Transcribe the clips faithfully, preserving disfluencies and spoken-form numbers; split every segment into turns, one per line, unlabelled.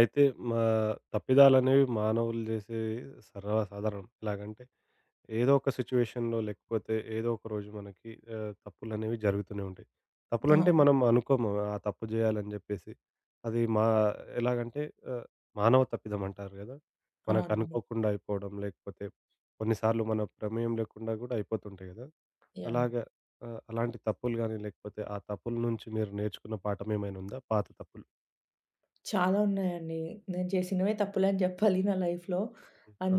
అయితే మా తప్పిదాలనేవి మానవులు చేసే సర్వసాధారణం. ఎలాగంటే, ఏదో ఒక సిట్యుయేషన్‌లో లేకపోతే ఏదో ఒక రోజు మనకి ఆహ్, తప్పులనేవి జరుగుతూనే ఉంటాయి. తప్పులంటే
అవును.
మనం అనుకోము ఆ తప్పు చేయాలని చెప్పేసి. అది మా ఎలాగంటే ఆహ్, మానవ తప్పిదం అంటారు కదా! మనకు
అవునండి.
అనుకోకుండా అయిపోవడం లేకపోతే కొన్నిసార్లు మన ప్రమేయం లేకుండా కూడా అయిపోతుంటాయి కదా!
యాహ్!
అలాగా ఆహ్, అలాంటి తప్పులు గాని లేకపోతే ఆ తప్పుల నుంచి మీరు నేర్చుకున్న పాఠం ఏమైనా ఉందా? పాత తప్పులు.
చాలా ఉన్నాయండి. నేను చేసినవే తప్పులని జెప్పాలి నా లైఫ్‌లో.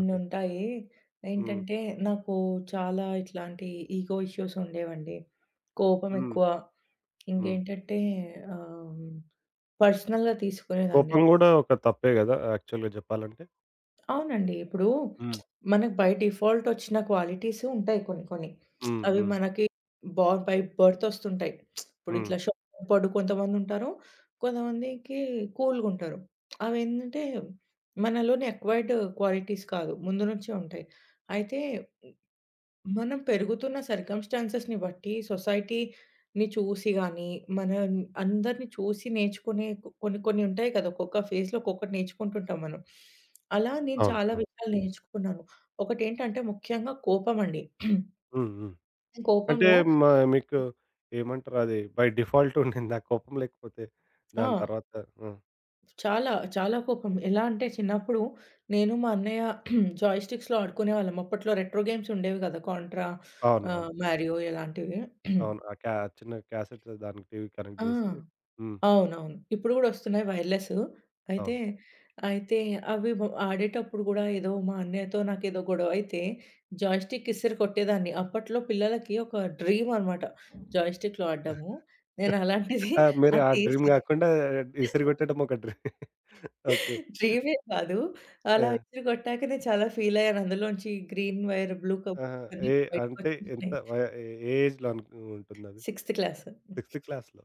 ఓకే. హ్మ్.
ఏంటంటే, నాకు చాలా ఇట్లాంటి ఈగో ఇష్యూస్ ఉండేవండి. కోపం
హ్మ్.
ఎక్కువ.
హ్మ్.
ఇంకేంటంటే ఆహ్, పర్సనల్‌గా తీసుకునేదాన్ని.
కోపం గూడా ఒక తప్పే గదా! యాక్చువల్‌గా జెప్పాలంటే.
అవునండి. ఇప్పుడు
హ్మ్.
మనకు బై డిఫాల్ట్ ఒచ్చిన క్వాలిటీస్ ఉంటాయి కొన్ని కొన్ని.
హ్మ్.
అవి
హ్మ్.
మనకి బా బై బర్త్ ఒస్తుంటాయి. ఇప్పుడు
హ్మ్.
ఇట్లా షార్ట్ టెంపర్డ్ కొంతమందుంటారు. కొంతమందికి కూల్‌గుంటారు. అవేంటంటే మనలోని అక్వైర్డ్ క్వాలిటీస్ కాదు. ముందు నుంచే ఉంటాయి. అయితే మనం పెరుగుతున్న సర్కమ్‌స్టాన్సెస్‌ని బట్టి సొసైటీని చూసి గాని, మన అందరిని చూసి నేర్చుకునే కొ కొన్ని కొన్ని ఉంటాయి కదా! ఒక్కొక్క ఫేజ్‌లో ఒక్కొక్కటి నేర్చుకుంటుంటాం మనం. అలా నేను
అవును.
చాలా
అవును.
విషయాలు నేర్చుకున్నాను. ఒకటేంటంటే ముఖ్యంగా కోపం అండి.
హ్మ్. హ్మ్. అంటే
కోపంలో
మ మీకు ఏమంటారు అది బై డిఫాల్ట్ ఉండిందా కోపం లేకపోతే
ఆ!
దాని తర్వాత హ్మ్.
చాలా, చాలా కోపం. ఎలా అంటే చిన్నప్పుడు నేను మా అన్నయ్య జాయ్‌స్టిక్స్‌లో ఆడుకునేవాళ్ళం. అప్పట్లో రెట్రో గేమ్స్ ఉండేవి కదా! కాంట్రా
అవునవును.
ఆహ్, మారియో ఇలాంటివి.
అవును. ఆ క్యా చిన్న క్యాసెట్ దానికి టీవీ కనెక్ట్
ఆ!
జేసి హ్మ్.
అవునవును. ఇప్పుడు గూడా ఒస్తున్నాయి వైర్‌లెస్. అయితే,
అవును.
అయితే అవి బ్ ఆడేటప్పుడు గూడా ఏదో మా అన్నయ్యతో నాకేదో గొడవైతే, జాయ్‌స్టిక్ ఇసిరి కొట్టేదాన్ని. అప్పట్లో పిల్లలకి ఒక డ్రీమ్ అనమాట. జాయ్‌స్టిక్‌లో ఆడడము. నేను అలాంటిది
ఆ! మీరు
అది
ఆ డ్రీమ్
తీసి
గాకుండా ఇసిరిగొట్టడం ఒక డ్రీ ఓకే.
డ్రీమే కాదు.
ఆ!
అలా ఇసిరి కొట్టాక నేను చాలా ఫీల్ అయ్యాను. అందులోంచి గ్రీన్ వైర్, బ్లూ
ఆహా!
కబర్డ్స్ అన్ని
ఏ అంటే ఎంత
బయటకొచ్చేసినాయి.
వయ ఏ ఏజ్‌లో అన్ ఉంటుందది?
Sixth class.
సిక్స్త్ క్లాస్‌లో.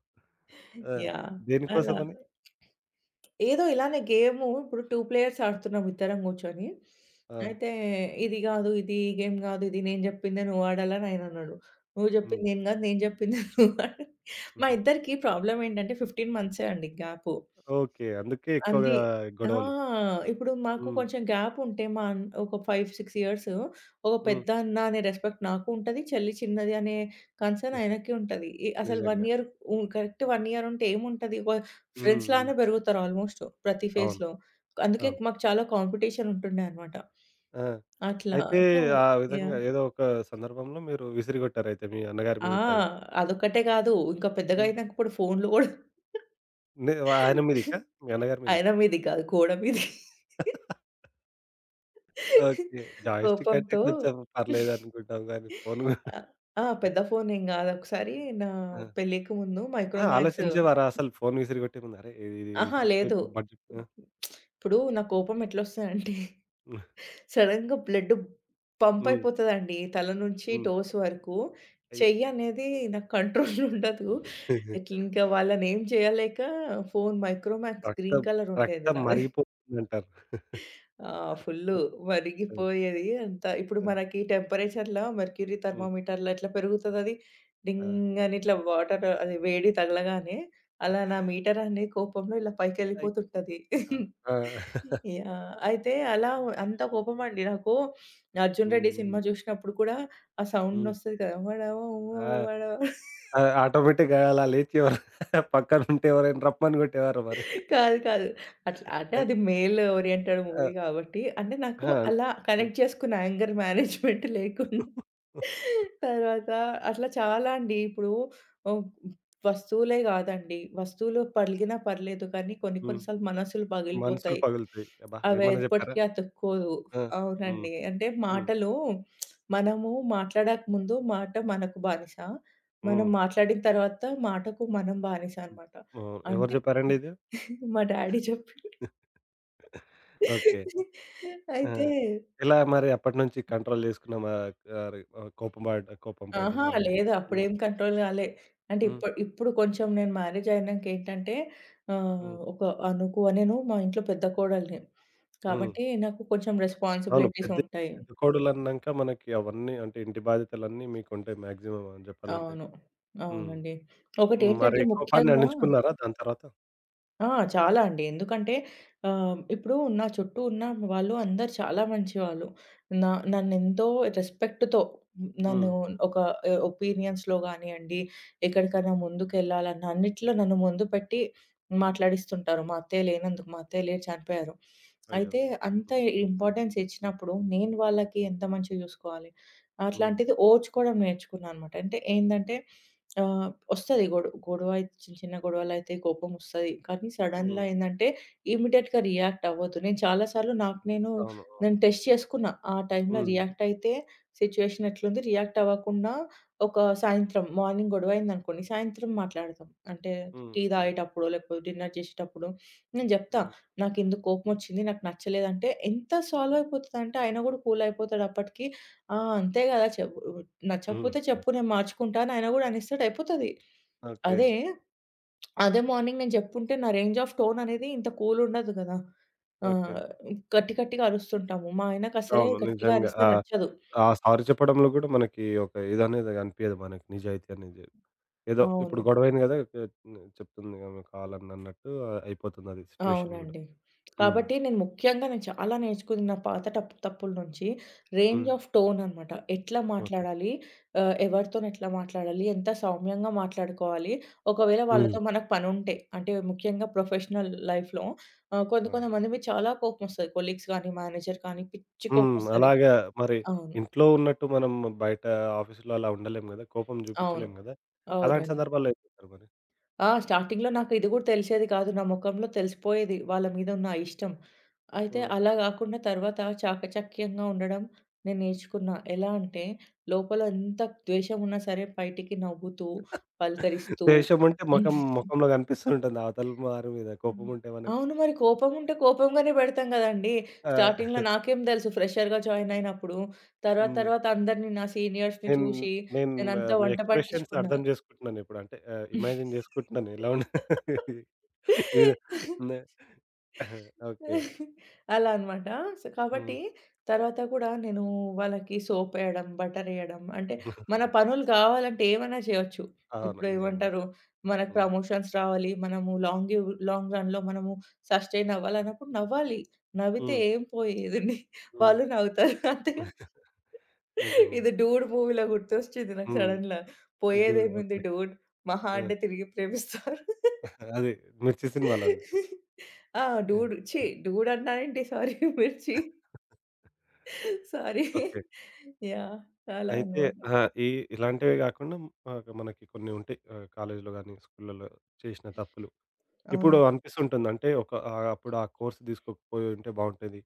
ఆ!
యాహ్! అలా.
దేనికోసమని?
ఏదో ఇలానే గేము ఇప్పుడు టూ ప్లేయర్స్ ఆడుతున్నాం ఇద్దరం కూర్చొని.
ఆ!
అయితే ఇది గాదు, ఇది ఈ గేమ్ గాదు, ఇది నేను జెప్పిందే నువ్వు ఆడాలని ఆయనన్నాడు. నువ్వు
హ్మ్.
జెప్పింది నేను గాదు, నేను జెప్పిందే నువ్వు ఆడాలి. మా
హుహు.
ఇద్దరికీ ప్రాబ్లమ్ ఏంటంటే పదిహేను మంత్సే అండి గ్యాపు.
ఓకే. అందుకే ఎక్కువగా
అది.
హ్మ్.
ఆ!
గొడవలు.
ఇప్పుడు మాకు
హ్మ్.
కొంచెం గ్యాప్ ఉంటే మా అన్ ఒక ఐదు, ఆరు ఇయర్స్ ఒక
హ్మ్.
పెద్దన్న అనే రెస్పెక్ట్ నాకు ఉంటది. చెల్లి చిన్నది అనే కన్సర్న్ ఆయనకి ఉంటది. ఈ అసలు ఒక
నిజంగా.
ఇయర్ ఉ కరెక్ట్ ఒకటి ఇయర్ ఉంటే ఏముంటది? ఒక
హ్మ్.
ఫ్రెండ్స్
హ్మ్.
లానే పెరుగుతారు ఆల్మోస్ట్ ప్రతి
అవును.
ఫేజ్‌లో. అందుకే
అవును.
మాకు చాలా కాంపిటీషన్ ఉంటుండే అనమాట.
ఆ!
అట్లా.
అయితే
సో
ఆ విధంగా
యాహ్!
ఏదో ఒక సందర్భంలో మీరు విసిరిగొట్టారయితే మీ అన్నగారి
ఆ!
మీదకది.
అదొక్కటే కాదు. ఇంకా పెద్దగా
హ్మ్.
అయినాక ఇప్పుడు ఫోన్‌లు గూడా
నే ఆయన మీదకా? మీ అన్నగారి మీదకి.
అయినా మీది కాదు. గోడ మీది.
ఓకే. జాయ్‌స్టిక్ అంటే
కోపంతో
కొంచెం పర్లేదనుకుంటాం గానీ ఫోను గూ
ఆ! ఆ! పెద్ద ఫోన్ ఏం గాదు. ఒకసారి నా
ఆ!
పెళ్ళికి ముందు
ఆ!
మైక్రోమాక్స్
ఆలోచించేవారా అసలు ఫోను విసిరిగొట్టే ముందు? అరే! ఇది ఇది
అహా!
విసిరితే
లేదు.
ఇప్పుడు బడ్జెట్ ఆ!
ఇప్పుడు నా కోపం ఎట్లొస్తదంటే సడెన్‌గా బ్లడ్ పంప్
హ్మ్.
అయిపోతదండి. తల నుంచి
హ్మ్.
టోస్ వరకు.
అయ్యో!
చెయ్యి అనేది నాకు కంట్రోల్‌లో ఉండదు. ఇట్లింకా వాళ్ళనేం చేయలేక ఫోన్ మైక్రోమాక్స్
రక్తం
గ్రీన్ కలర్ ఉండేది
రక్తం
నాది.
మరిగిపోతుందంటారు.
ఆ! ఫుల్లు
ఆ!
వరిగిపోయేది అంతా. ఇప్పుడు
ఆ!
మనకి టెంపరేచర్‌లా మెర్క్యూరీ
హ్మ్.
థర్మామీటర్‌లా ఎట్లా పెరుగుతదది?
ఆ!
డింగ్ అని ఇట్లా వాటర్ అది వేడి తగలగానే, అలా నా మీటర్ అనేది కోపంలో ఇలా
అయ్
పైకెళ్ళిపోతుంటది.
ఆ! ఆ!
యాహ్! అయితే అలా అంత కోపమండి నాకు. 'అర్జున్
హ్మ్.
రెడ్డి'
హ్మ్.
సినిమా జూశినప్పుడు కూడా ఆ
హ్మ్.
సౌండ్‌నొస్తది కదా! వడ ఓ
ఆ!
వడ
ఆ! ఆటోమేటిక్‌గా అలా లేచి ఎవరు పక్కనుంటే ఎవరైనా రమ్మని కొట్టేవారా మరి?
కాదు. కాదు. అట్లా అంటే
ఆ!
అది మేల్ ఓరియెంటెడ్ మూవీ
ఆ!
కాబట్టి అంటే నాకు
ఆ!
అలా
హ్మ్.
కనెక్ట్ చేసుకున్న యాంగర్ మేనేజ్‌మెంట్ లేకుండా తర్వాత అట్లా చాలా అండి. ఇప్పుడు ఓహ్! వస్తువులే కాదండి. వస్తువులు పలిగినా పర్లేదు కానీ కొన్ని
హ్మ్.
కొన్ని సార్లు మనసులు
మనసులు
పగిలిపోతాయి.
పగులుతాయి. అబ్బా!
అవి
ఏమన్నా చెప్పారా?
ఎప్పటికి అతుక్కోదు.
ఆ! హ్మ్.
అవునండి. అంటే
హ్మ్.
మాటలు మనము మాట్లాడక ముందు మాట మనకు బానిస. మనం
హ్మ్.
మాట్లాడిన తర్వాత మాటకు మనం బానిస అన్నమాట.
హ్మ్. ఎవరు
అంటే
చెప్పారండి ఇది?
మా డాడీ చెప్పిండు.
ఓకే. ఆ!
అయితే
ఎలా మరి అప్పటినుంచి కంట్రోల్ చేసుకున్నామా? ఆహ్, కోపం పడ కోపం పడడం
అహా!
గాని?
లేదు
హ్మ్.
అప్పుడేం కంట్రోల్ గాలే. అంటే
హ్మ్.
ఇప్పు ఇప్పుడు కొంచెం నేను మ్యారేజ్ అయినాకేంటంటే ఆహ్,
హ్మ్.
ఒక అనుకు నేను మా ఇంట్లో పెద్ద కోడలిని.
హ్మ్.
కాబట్టి నాకు కొంచెం
అవును.
రెస్పాన్సిబిలిటీస్
పెద్ద
ఉంటాయి.
పెద్ద కోడలన్నాక మనకి అవన్నీ అంటే ఇంటి బాధ్యతలన్నీ మీకుంటాయి మాక్సిమం అని చెప్పాలంటే.
అవును.
హ్మ్.
అవునండి.
మరి
ఒకటేంటంటే
కోపాన్ని
ముఖ్యంగా
అణించుకున్నారా దాని తర్వాత?
ఆ! చాలా అండి. ఎందుకంటే ఆహ్, ఇప్పుడు నా చుట్టూ ఉన్న వాళ్ళు అందరూ చాలా మంచివాళ్ళు. నా నన్నెంతో రెస్పెక్ట్‌తో
హ్మ్.
నన్ను ఒక ఆహ్, ఒపీనియన్స్‌లో గానియండి, ఎక్కడికైనా ముందుకెళ్ళాలన్నా అన్నిట్లో నన్ను ముందు పెట్టి మాట్లాడిస్తుంటారు. మా అత్తయ్య లేనందుకు, మా అత్తయ్య లేరు చనిపోయారు.
అయ్యో!
అయితే అంత ఇంపార్టెన్స్ ఇచ్చినప్పుడు నేను వాళ్ళకి
అయ్యో!
ఎంత మంచిగా చూసుకోవాలి?
హ్మ్.
అట్లాంటిది ఓర్చుకోవడం నేర్చుకున్నా అనమాట. అంటే ఏందంటే ఆహ్, ఒస్తది గొడవ. గొడవ చిన్న చిన్న గొడవలైతే కోపమొస్తది. కానీ
హ్మ్.
సడెన్‌లా ఏందంటే ఇమ్మీడియేట్‌గా రియాక్ట్ అవ్వద్దు. నేను చాలా సార్లు నాకు నేను,
అవును.
నేను టెస్ట్ చేసుకున్నా. ఆ టైంలో
హ్మ్.
రియాక్ట్ అయితే సిట్యుయేషన్ ఎట్లుంది? రియాక్ట్ అవ్వకుండా ఒక సాయంత్రం మార్నింగ్ గొడవయిందనుకోండి, సాయంత్రం మాట్లాడతాం. అంటే
హ్మ్.
టీ
హ్మ్.
తాగేటప్పుడో, లేకపోతే డిన్నర్ చేసేటప్పుడో నేను జెప్తా.
హ్మ్.
"నాకిందుకు కోపమొచ్చింది. నాకు నచ్చలేదంటే" ఎంత సాల్వ్ అయిపోతదంటే ఆయన గూడా కూల్ అయిపోతాడు అప్పటికి. ఆ! అంతే గదా! చెప్పు
హ్మ్.
నచ్చకపోతే
హ్మ్.
చెప్పు నేను మార్చుకుంటా అని ఆయన గూడా అనేస్తాడు అయిపోతది.
ఓకే.
అదే, అదే మార్నింగ్ నేను జెప్పుంటే నా రేంజ్ ఆఫ్ టోన్ అనేది ఇంత కూల్ ఉండదు గదా!
ఓకే.
ఆహ్, గట్టి గట్టిగా అరుస్తుంటాము. మా ఆయనకసలే
అవును.
గట్టిగా
నిజంగా.
అరిస్తే
ఆ!
నచ్చదు.
ఆ సారీ చెప్పడంలో కూడా మనకి ఒక ఇదనేది అనిపియదు మనకి నిజాయితీ అనేది. ఏదో ఇప్పుడు
అవును.
గొడవైంది కదా! చె చెప్తుంది ఆమె కావాలని అన్నట్టు అయిపోతుంది అది సిట్యుయేషన్ కూడా.
అవునండి.
హ్మ్.
కాబట్టి నేను ముఖ్యంగా నేను చాలా నేర్చుకుంది నా పాత టప్ తప్పుల నుంచి రేంజ్
హ్మ్.
ఆఫ్ టోన్ అనమాట. ఎట్లా
ఓకే.
మాట్లాడాలి? ఆహ్, ఎవరితోని ఎట్లా మాట్లాడాలి? ఎంత సౌమ్యంగా మాట్లాడుకోవాలి? ఒకవేళ
హ్మ్.
వాళ్ళతో మనకు పనుంటే అంటే ముఖ్యంగా ప్రొఫెషనల్ లైఫ్‌లో ఆహ్, కొంత
ఆ!
కొంతమంది మీద చాలా కోపమొస్తది. కొలీగ్స్ గానీ, మేనేజర్ కానీ పిచ్చి
హ్మ్.
కోపమొస్తది.
అలాగా మరి
అవును.
ఇంట్లో ఉన్నట్టు మనం బయట ఆఫీసులో అలా ఉండలేం గదా! కోపం
అవును.
చూపించలేం గదా! అలాంటి
అవునండి.
సందర్భాల్లో ఏం చేస్తారు మరి?
ఆ! స్టార్టింగ్‌లో నాకు ఇది గూడా తెలిసేది కాదు. నా మొఖంలో తెలిసిపోయేది వాళ్ళ మీద ఉన్న ఇష్టం. అయితే
హ్మ్.
అలా గాకుండా తర్వాత చాకచక్యంగా ఉండడం నేను నేర్చుకున్నా. ఎలా అంటే లోపల ఎంత ద్వేషం ఉన్నా సరే బయటికి నవ్వుతూ, పలకరిస్తూ
ద్వేషం ఉంటే మొఖం మొఖంలో కనిపిస్తూ ఉంటుంది అవతల వారి మీద కోపం
హ్మ్.
ఉంటే మనకి.
అవును. మరి కోపం ఉంటే కోపంగానే పెడతాం గదండీ!
ఆ!
స్టార్టింగ్‌లో నాకేం తెలుసు ఫ్రెషర్‌గా జాయిన్ అయినప్పుడు. తర్వాత
హ్మ్.
తర్వాత అందరిని నా సీనియర్స్‌ని
నేను
చూసి
నేను ఆహ్,
నేనంతా
మీ
వంట
ఎక్స్‌ప్రెషన్స్
పట్టించుకున్నా.
అర్థం చేసుకుంటున్నాను ఇప్పుడు. అంటే ఆహ్, ఇమాజిన్ చేసుకుంటున్నాను ఎలా ఉండ ఇది నే ఓకే.
అలా అన్నమాట. సో,
హ్మ్.
కాబట్టి తర్వాత కూడా నేను వాళ్ళకి సోపేయడం, బటరేయడం అంటే మన పనులు కావాలంటే ఏమైనా చేయొచ్చు.
అవును.
ఇప్పుడు
నిజంగా.
ఏమంటారు మనకు
హ్మ్.
ప్రమోషన్స్ రావాలి. మనము లాంగివ్ లాంగ్ రన్‌లో మనము సస్టెయిన్ అవ్వాలి అన్నప్పుడు నవ్వాలి. నవ్వితే
హ్మ్.
ఏం పోయేదుంది.
హ్మ్.
వాళ్ళు నవ్వుతారు అంతేగా.
నిజంగా.
ఇది 'డూడ్' మూవీలో గుర్తొచ్చింది నాకు
హ్మ్.
సడెన్‌లా.
జూడు.
పోయేదేముంది
ఓకే.
డూడ్ మహా
ఆ!
అంటే తిరిగి ప్రేమిస్తారు.
అదే 'మిర్చి' సినిమాలో ఉంది.
ఆ!
హ్మ్.
డూడ్
ఆ!
ఛీ! డూడ్ అన్నానేంటి sorry Mirchi. Sorry.
Okay.
Yeah! అలా
అయితే
అన్నమాట.
ఆ! ఈ ఇలాంటివే గాకుండా ఆహ్, మనకి కొన్ని ఉంటాయి. ఆహ్, కాలేజీలో గాని, స్కూల్‌లలో చేసిన తప్పులు. ఇప్పుడు
అవునండి.
అనిపిస్తుంటుంది. అంటే ఒక ఆహ్, అప్పుడు ఆ కోర్స్ తీసుకోకపోయి ఉంటే బావుంటది.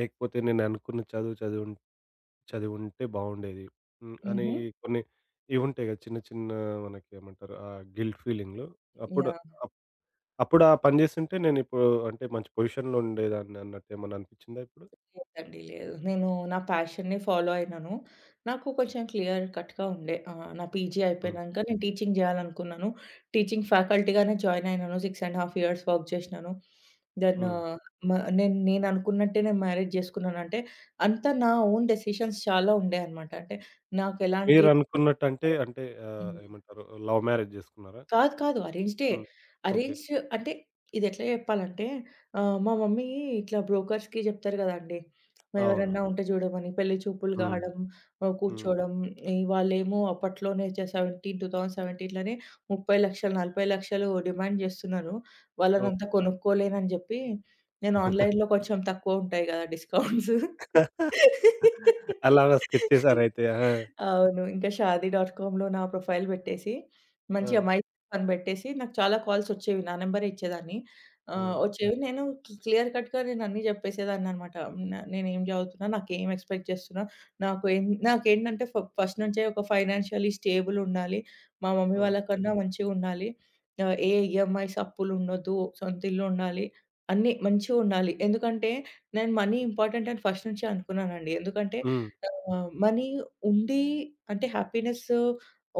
లేకపోతే నేను అనుకున్న చదువు చదువున్ చదివుంటే బావుండేది. హ్మ్. అని
హుహు.
కొన్ని ఇవుంటాయి గదా! చిన్న చిన్న మనకి ఏమంటారు? ఆహ్, గిల్ట్ ఫీలింగ్‌లు. అప్పుడు
యాహ్!
అప్ అప్పుడు ఆ పని జేస్తుంటే నేనిప్పుడు అంటే మంచి పొజిషన్‌లో ఉండేదాన్ని అన్నట్టు ఏమన్నా అనిపిచ్చిందా ఇప్పుడు?
లేదండి. లేదు. నేను నా ప్యాషన్‌ని ఫాలో అయినాను. నాకు కొంచెం క్లియర్ కట్‌గా ఉండే. ఆహ్, నా పీజీ
హ్మ్.
అయిపోయినంక నేను టీచింగ్ జేయాలనుకున్నాను. టీచింగ్ ఫ్యాకల్టీగానే జాయిన్ అయినాను. ఆరున్నర ఇయర్స్ వర్క్ చేసినాను. దెన్
హ్మ్.
మ నేను నేను అనుకున్నట్టే నేను మ్యారేజ్ చేసుకున్నాను. అంటే అంతా నా ఓన్ డెసిషన్స్ చాలా ఉండే అన్నమాట. అంటే నాకు ఎలాంటి
మీరనుకున్నట్టంటే అంటే ఆహ్,
హ్మ్.
ఏమంటారు లవ్ మ్యారేజ్ జేసుకున్నారా?
కాదు. కాదు. అరేంజ్‌డే.
హ్మ్. ఓకే.
అరేంజ్ అంటే ఇదెట్లా చెప్పాలంటే ఆహ్, మా మమ్మీ ఇట్లా బ్రోకర్స్‌కి చెప్తారు గదండీ!
అవును.
ఎవరన్నా ఉంటే చూడమని. పెళ్లి చూపులు
హ్మ్.
కావడం, ఆహ్,
హ్మ్.
కూర్చోవడం. ఈ వాళ్ళేమో అప్పట్లోనే జ పదిహేడు, 2017లోనే ముప్పై లక్షలు, నలభై లక్షలు డిమాండ్ జేస్తున్నారు. వాళ్ళనంతా
ఓకే.
కొనుక్కోలేనని జెప్పి, నేను ఆన్‌లైన్‌లో కొంచెం తక్కువ ఉంటాయి గదా! డిస్కౌంట్స్.
అలాగా స్కెచ్ చేసారైతే. ఆ!
అవును. ఇంకా షాదీ డాట్ కామ్‌లో నా ప్రొఫైల్ పెట్టేసి,
ఆ!
మంచి అమాయకత్వం అని పెట్టేసి, నాకు చాలా కాల్సొచ్చేవి. నా నంబరే ఇచ్చేదాన్ని. ఆహ్,
ఆ!
హ్మ్. వచ్చేవి. నేను క్లి క్లియర్ కట్‌గా నేనన్నీ జెప్పేసేదాన్ననమాట. న నేనేం జదువుతున్నా, నాకేం ఎక్స్‌పెక్ట్ చేస్తున్నా, నాకు ఏం నాకేంటంటే ఫ ఫస్ట్ నుంచే ఒక ఫైనాన్షియల్లీ స్టేబుల్ ఉండాలి. మా మమ్మీ
ఆ!
వాళ్ళ కన్నా మంచిగుండాలి. ఆహ్, ఏ ఈఎంఐస్ అప్పులుండొద్దు, సొంతిల్లుండాలి, అన్నీ మంచిగుండాలి. ఎందుకంటే నేను మనీ ఇంపార్టెంట్ అని ఫస్ట్ నుంచే అనుకున్నానండి. ఎందుకంటే
హ్మ్.
ఆహ్, మనీ ఉండి అంటే హ్యాపీనెస్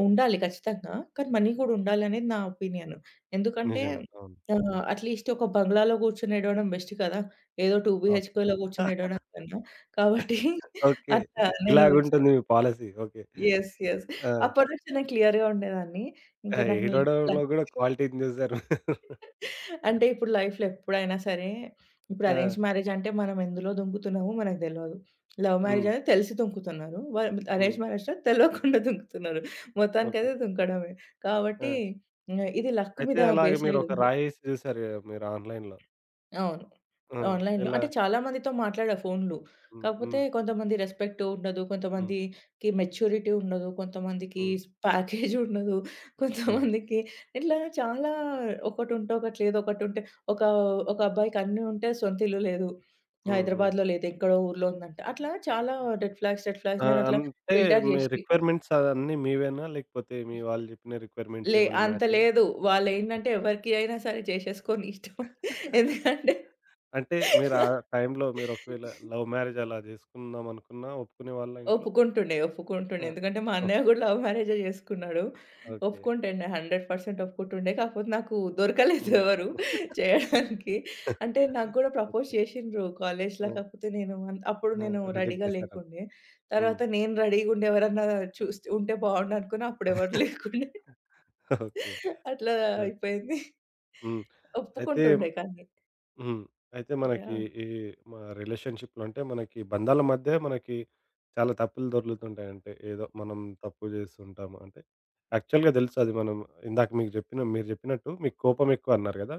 ఉండాలి ఖచ్చితంగా. కానీ మనీ కూడా ఉండాలనేది నా ఒపీనియన్. ఎందుకంటే
నిజంగా. అవును.
ఆహ్, అట్‌లీస్ట్ ఒక బంగ్లాలో కూర్చొని ఏడవడం బెస్ట్ కదా! ఏదో టూ
అవును.
బీహెచ్‌కేలో కూర్చొని ఏడవడం కన్నా. కాబట్టి
ఓకే.
అట్లా నేను
ఇలాగుంటుంది మీ పాలిసీ. ఓకే.
యెస్. యెస్.
ఆ!
అప్పటి నుంచి నేను క్లియర్‌గా ఉండేదాన్ని.
ఆ!
ఇంకా నాకు ల
ఏడవడంలో గూడా క్వాలిటీని జూసారు.
అంటే ఇప్పుడు లైఫ్‌లో ఎప్పుడైనా సరే, ఇప్పుడు
ఆ!
అరేంజ్ మ్యారేజ్ అంటే మనం ఎందులో దొంకుతున్నామో మనకు తెలవదు. లవ్ మ్యారేజ్
హ్మ్.
అనేది తెలిసి దొంకుతున్నారు. వ
హ్మ్.
అరేంజ్ మ్యారేజ్‌లో తెలవకుండా దొంకుతున్నారు.
ఓకే.
మొత్తానికైతే దొంకడమే.
ఆ!
కాబట్టి, హ్మ్, ఇది లక్
అయితే
మీద
అలాగే
బేస్
మీరొక
అయ్యుంది.
రాయేసి జూసారు గదా! మీరు ఆన్‌లైన్‌లో.
అవును.
ఆ!
ఆన్‌లైన్‌లో
ఎలా?
అంటే చాలా మందితో మాట్లాడా ఫోన్‌లో.
హ్మ్.
కాకపోతే
హ్మ్.
కొంతమంది రెస్పెక్ట్ ఉండదు.
హ్మ్.
కొంతమందికి మెచ్యూరిటీ ఉండదు. కొంతమందికి
హ్మ్.
స్ ప్యాకేజ్ ఉండదు.
హ్మ్.
కొంతమందికి ఇట్లా చాలా ఒకటుంటే ఒకటి లేదు. ఒకటుంటే ఒక ఒక అబ్బాయికి అన్నీ ఉంటే సొంత ఇల్లు లేదు.
హ్మ్. హ్మ్.
హైదరాబాద్‌లో లేదు. ఎక్కడో ఊర్లో ఉందంట. అట్లా చాలా రెడ్ ఫ్లాగ్స్, రెడ్ ఫ్లాగ్స్
ఆ!
నేను అట్లా
అంటే
ఫిల్టర్
మీ
జేసి
రిక్వైర్‌మెంట్స్ అవన్నీ మీవేనా? లేకపోతే మీ వాళ్ళు చెప్పిన రిక్వైర్‌మెంట్స్
లే
ఏమన్నా
అంత
మ్యాచయ్యాయా?
లేదు. వాళ్ళేంటంటే ఎవరికి అయినా సరే చేసేసుకోని ఇష్టం. ఎందుకంటే
అంటే మీరు ఆ టైంలో మీరు ఒకవేళ లవ్ మ్యారేజ్ అలా చేసుకుందామనుకున్నా ఒప్పుకునేవాళ్ళా ఇంట్లో?
ఒప్పుకుంటుండే. ఒప్పుకుంటుండే.
ఆ!
ఎందుకంటే మా అన్నయ్య
ఓకే.
గూడా లవ్ మ్యారేజే జేసుకున్నాడు.
ఓకే.
ఒప్పుకుంటుండే హండ్రెడ్ పర్సెంట్ ఒప్పుకుంటుండే. కాకపోతే నాకు దొరకలేదు
హ్మ్.
ఎవరు చేయడానికి. అంటే నాకు గూడా ప్రపోజ్
ఓకే.
చేసిండ్రు కాలేజ్‌ల.
ఆ!
కాకపోతే నేను అన్ అప్పుడు
ఆ!
నేను
రిజెక్ట్
రెడీగా
చేసారా?
లేకుండే.
హ్మ్.
తర్వాత నేను రెడీగుండి ఎవరన్నా చూస్తే ఉంటే బావుండు అనుకున్నా. అప్పుడెవరు లేకుండే.
ఓకే.
అట్లా
ఆ!
అయిపోయింది.
హ్మ్. అయితే
ఒప్పుకుంటుండే కానీ.
హ్మ్. అయితే మనకి
యాహ్!
ఈ మా రిలేషన్‌షిప్‌లో అంటే మనకి బంధాల మధ్య మనకి చాలా తప్పులు దొర్లుతుంటాయి. అంటే ఏదో మనం తప్పు జేస్తుంటాము. అంటే యాక్చువల్‌గా తెలుసు అది మనం ఇందాక మీకు జెప్పిన మీరు జెప్పినట్టు మీకు కోపం ఎక్కువ అన్నారు గదా!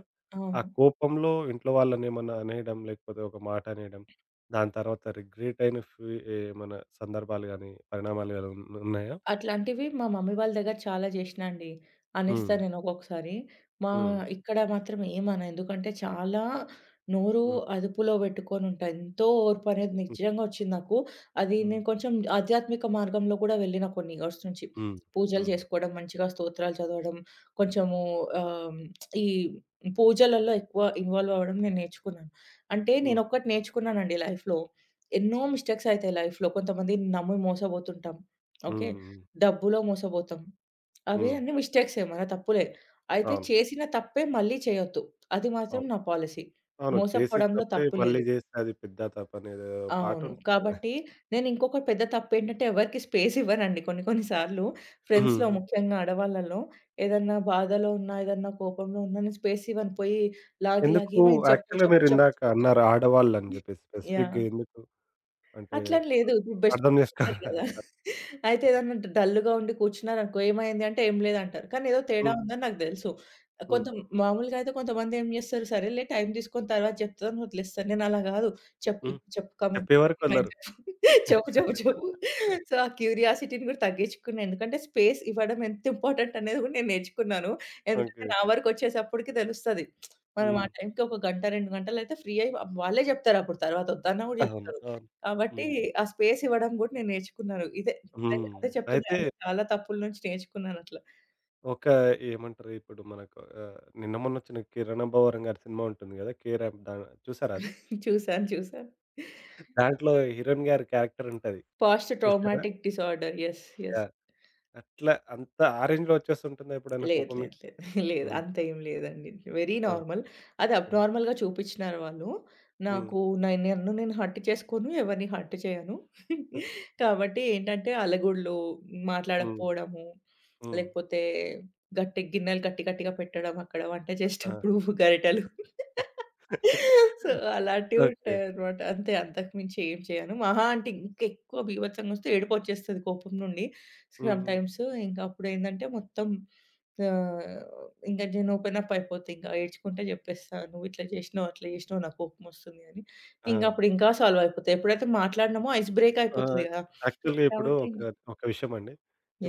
ఆ
అవును.
కోపంలో ఇంట్లో వాళ్ళనేమన్నా అనేయడం లేకపోతే ఒక మాట అనేయడం, దాని తర్వాత రిగ్రెట్ అయిన ఫీ ఏమన్నా సందర్భాలు గాని, పరిణామాలు గాని ఉన్ ఉన్నాయా?
అట్లాంటివి మా మమ్మీ వాళ్ళ దగ్గర చాలా చేషినా అండి. అనేస్తా
హ్మ్.
నేను ఒక్కొక్కసారి. మా
హ్మ్.
ఇక్కడ మాత్రం ఏమనను. ఎందుకంటే చాలా నోరు
హ్మ్.
అదుపులో బెట్టుకొనుంటా. ఎంతో ఓర్పనేది
హ్మ్.
నిజంగా ఒచ్చింది నాకు. అది
హ్మ్.
నేను కొంచెం ఆధ్యాత్మిక మార్గంలో గూడా వెళ్ళిన కొన్ని ఇయర్స్ నుంచి.
హ్మ్.
పూజలు
హుహు.
చేసుకోవడం, మంచిగా స్తోత్రాలు చదవడం, కొంచెము ఆహ్, ఈ పూజలలో ఎక్కువ ఇన్వాల్వ్ అవ్వడం నేను నేర్చుకున్నాను. అంటే
హ్మ్.
నేనొక్కటి నేర్చుకున్నానండి లైఫ్‌లో. ఎన్నో మిస్టేక్స్ అయితాయి లైఫ్‌లో. కొంతమందిని నమ్మి మోసపోతుంటాం. ఓకే.
హ్మ్. హ్మ్.
డబ్బులో మోసపోతాం. అవే
హ్మ్.
అన్నీ మిస్టేక్సే మన తప్పులే. అయితే
అవును.
చేసిన తప్పే మళ్ళీ చేయొద్దు. అది మాత్రం నా పాలిసీ.
అవును. చేసిన
మోసపోవడంలో
తప్పే
తప్పు
మళ్ళీ
లేదు.
జేస్తే అది పెద్ద తప్పనేదో
అవును.
పాటుంటుంది గదా!
కాబట్టి నేను ఇంకొక పెద్ద తప్పేంటంటే ఎవరికీ స్పేస్ ఇవ్వనండి కొన్ని కొన్ని సార్లు. ఫ్రెండ్స్‌లో
హ్మ్.
ముఖ్యంగా ఆడవాళ్ళలో ఏదన్నా బాధలో ఉన్నా, ఏదన్నా కోపంలో ఉన్నా నేను స్పేస్ ఇవ్వను. పోయి లాగి లాగి
ఎందుకు
ఏమైంది చెప్పు
యాక్చువల్‌గా
చెప్పు చెప్పు.
మీరిందాక అన్నారు ఆడవాళ్ళని జెప్పేసి.
యాహ్!
స్పెసిఫిక్‌గా ఎందుకు? అంటే
అట్లని లేదు. ఇప్పుడు బెస్ట్
అర్థం
ఫ్రెండ్స్
జేసుకోరా?
ఉంటారు గదా! అయితే ఏదన్నా డ డల్‌గా ఉండి కూర్చున్నారనుకో, "ఏమైంది?" అంటే, "ఏం లేదంటారు." కానీ ఏదో తేడా
హ్మ్.
ఉందని నాకు తెలుసు.
హ్మ్.
కొంత మామూలుగా అయితే కొంతమంది ఏం జేస్తారు, సరేలే టైం తీసుకొని తర్వాత జెప్తదని వదిలేస్తారు. నేను అలా గాదు. చెప్పు
హ్మ్.
ఇప్పుడు చెప్పు కమాన్
చెప్పే వరకు వదలరు.
ఏమైంది చెప్పు. చెప్పు, చెప్పు, చెప్పు. సో, ఆ క్యూరియాసిటీని గూడా తగ్గించుకున్నా. ఎందుకంటే స్పేస్ ఇవ్వడం ఎంత ఇంపార్టెంట్ అనేది గూడా నేను నేర్చుకున్నాను. ఎందుకంటే
ఓకే.
నా వరకొచ్చేసప్పటికి తెలుస్తది. మనం ఆ
హ్మ్.
టైంకి ఒక గంట, రెండు గంటలయితే ఫ్రీ అయ్యి వాళ్ళే జెప్తారప్పుడు తర్వాత వద్దన్నా గూడా
అవును.
జెప్తారు.
అవును.
కాబట్టి
హ్మ్.
ఆ స్పేస్ ఇవ్వడం గూడా నేను నేర్చుకున్నాను. ఇదే
హ్మ్.
అదే చెప్తున్నా
అయితే
అండి. చాలా తప్పుల నుంచి నేర్చుకున్నానట్లా.
ఒక ఏమంటారు ఇప్పుడు మనకు ఆహ్, నిన్న మొన్నొచ్చిన 'కిరణ్ అబ్బవరం' గారి సినిమా ఉంటుంది గదా! 'కేరాఫ్' దా చూసారా అది?
చూసాను. చూసాను.
దాంట్లో హీరోయిన్ గారి క్యారెక్టర్ ఉంటది.
పోస్ట్
చూసారా?
Traumatic disorder. Yes. Yes.
Yeah! అట్లా అంత ఆ రేంజ్‌లో వచ్చేస్తుంటుందా ఎప్పుడైనా
లేదు.
కోపం
లేదు.
మీకు?
లేదు. లేదు.
హ్మ్.
అంత ఏం లేదండి. వెరీ
ఆ!
నార్మల్. అది
యాహ్!
అబ్‌నార్మల్‌గా చూపిచ్చినారు వాళ్ళు.
హ్మ్.
నాకు నే నన్ను నేను హర్ట్ చేసుకోను. ఎవరిని హర్ట్ చేయను. కాబట్టి ఏంటంటే అలగుడులు,
హ్మ్.
మాట్లాడకపోవడము,
హ్మ్.
లేకపోతే గట్టి గిన్నెలు గట్టి గట్టిగా పెట్టడం అక్కడ వంట
ఆ!
చేసేటప్పుడు గరిటెలు. సో, అలాంటివి
ఓకే.
ఉంటాయన్నమాట. అంతే అంతకు మించి ఏం చేయను. మహా అంటే ఇంకెక్కువ బీభత్సంగొస్తే ఏడుపొచ్చేస్తది కోపం నుండి.
హ్మ్. హ్మ్.
సమ్‌టైమ్స్ ఇంకా అప్పుడేందంటే మొత్తం ఆహ్, ఇంక నేను ఓపెన్ అప్ అయిపోతా. ఇంక ఏడ్చుకుంట జెప్పేస్తా. "నువ్వు ఇట్లా జేసినావు, అట్లా జేసినావు, నాకు కోపమొస్తుంది" అని.
ఆ!
ఇంక అప్పుడు ఇంకా సాల్వ్ అయిపోతాయి. ఎప్పుడైతే మాట్లాడినామో ఐస్ బ్రేక్
ఆ!
అయిపోతది గదా!
యాక్చువల్‌గా ఇప్పుడు
కాబట్టి
ఒక, ఒక విషయమండి.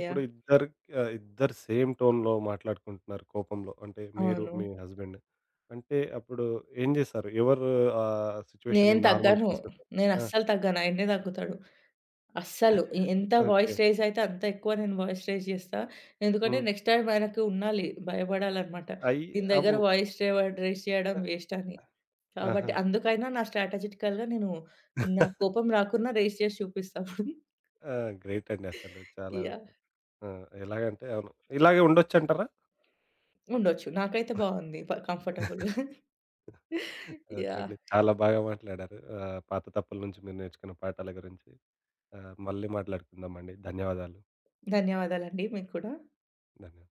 ఇప్పుడు ఇద్దరు ఆహ్, ఇద్దరు సేమ్ టోన్‌లో మాట్లాడుకుంటున్నారు కోపంలో. అంటే మీరు,
అవును.
మీ హస్బెండ్. అంటే అప్పుడు ఏం జేశారు? ఎవరు ఆ సిట్యుయేషన్‌ని
నేను
నార్మల్‌కి
తగ్గను.
తీసుకొస్తారు?
నేను
ఆ!
అస్సలు తగ్గను. ఆయన్నే తగ్గుతాడు. అస్సలు. ఎ ఎంత
ఓకే.
వాయిస్ రైజ్ అయితే అంత ఎక్కువ నేను వాయిస్ రైజ్ జేస్తా. ఎందుకంటే
హ్మ్.
నెక్స్ట్ టైమ్ ఆయనకి ఉండాలి. భయపడాలనమాట.
అయి
దీని దగ్గర
అవు
వాయిస్ రేవ రైజ్ చేయడం వేస్ట్ అని. కాబట్టి
ఆహా!
అందుకైనా నా స్ట్రాటజిటికల్‌గా నేను నా కోపం రాకున్నా రైజ్ చేసి చూపిస్తా అప్పుడు.
ఆ! గ్రేట్ అండి అసలు చాలా
యాహ్!
ఆ! ఎలాగంటే అవును. ఇలాగే ఉండొచ్చంటారా?
ఉండొచ్చు. నాకైతే బావుంది. ప కంఫర్టబుల్‌గా.
Okay
yeah!
అండి. చాలా బాగా మాట్లాడారు. ఆహ్, పాత తప్పుల నుంచి మీరు నేర్చుకున్న పాఠాల గురించి. ఆహ్, మళ్ళీ మాట్లాడుకుందామండి. ధన్యవాదాలు.
ధన్యవాదాలండి మీకు కూడా.
ధన్యవాదాలు.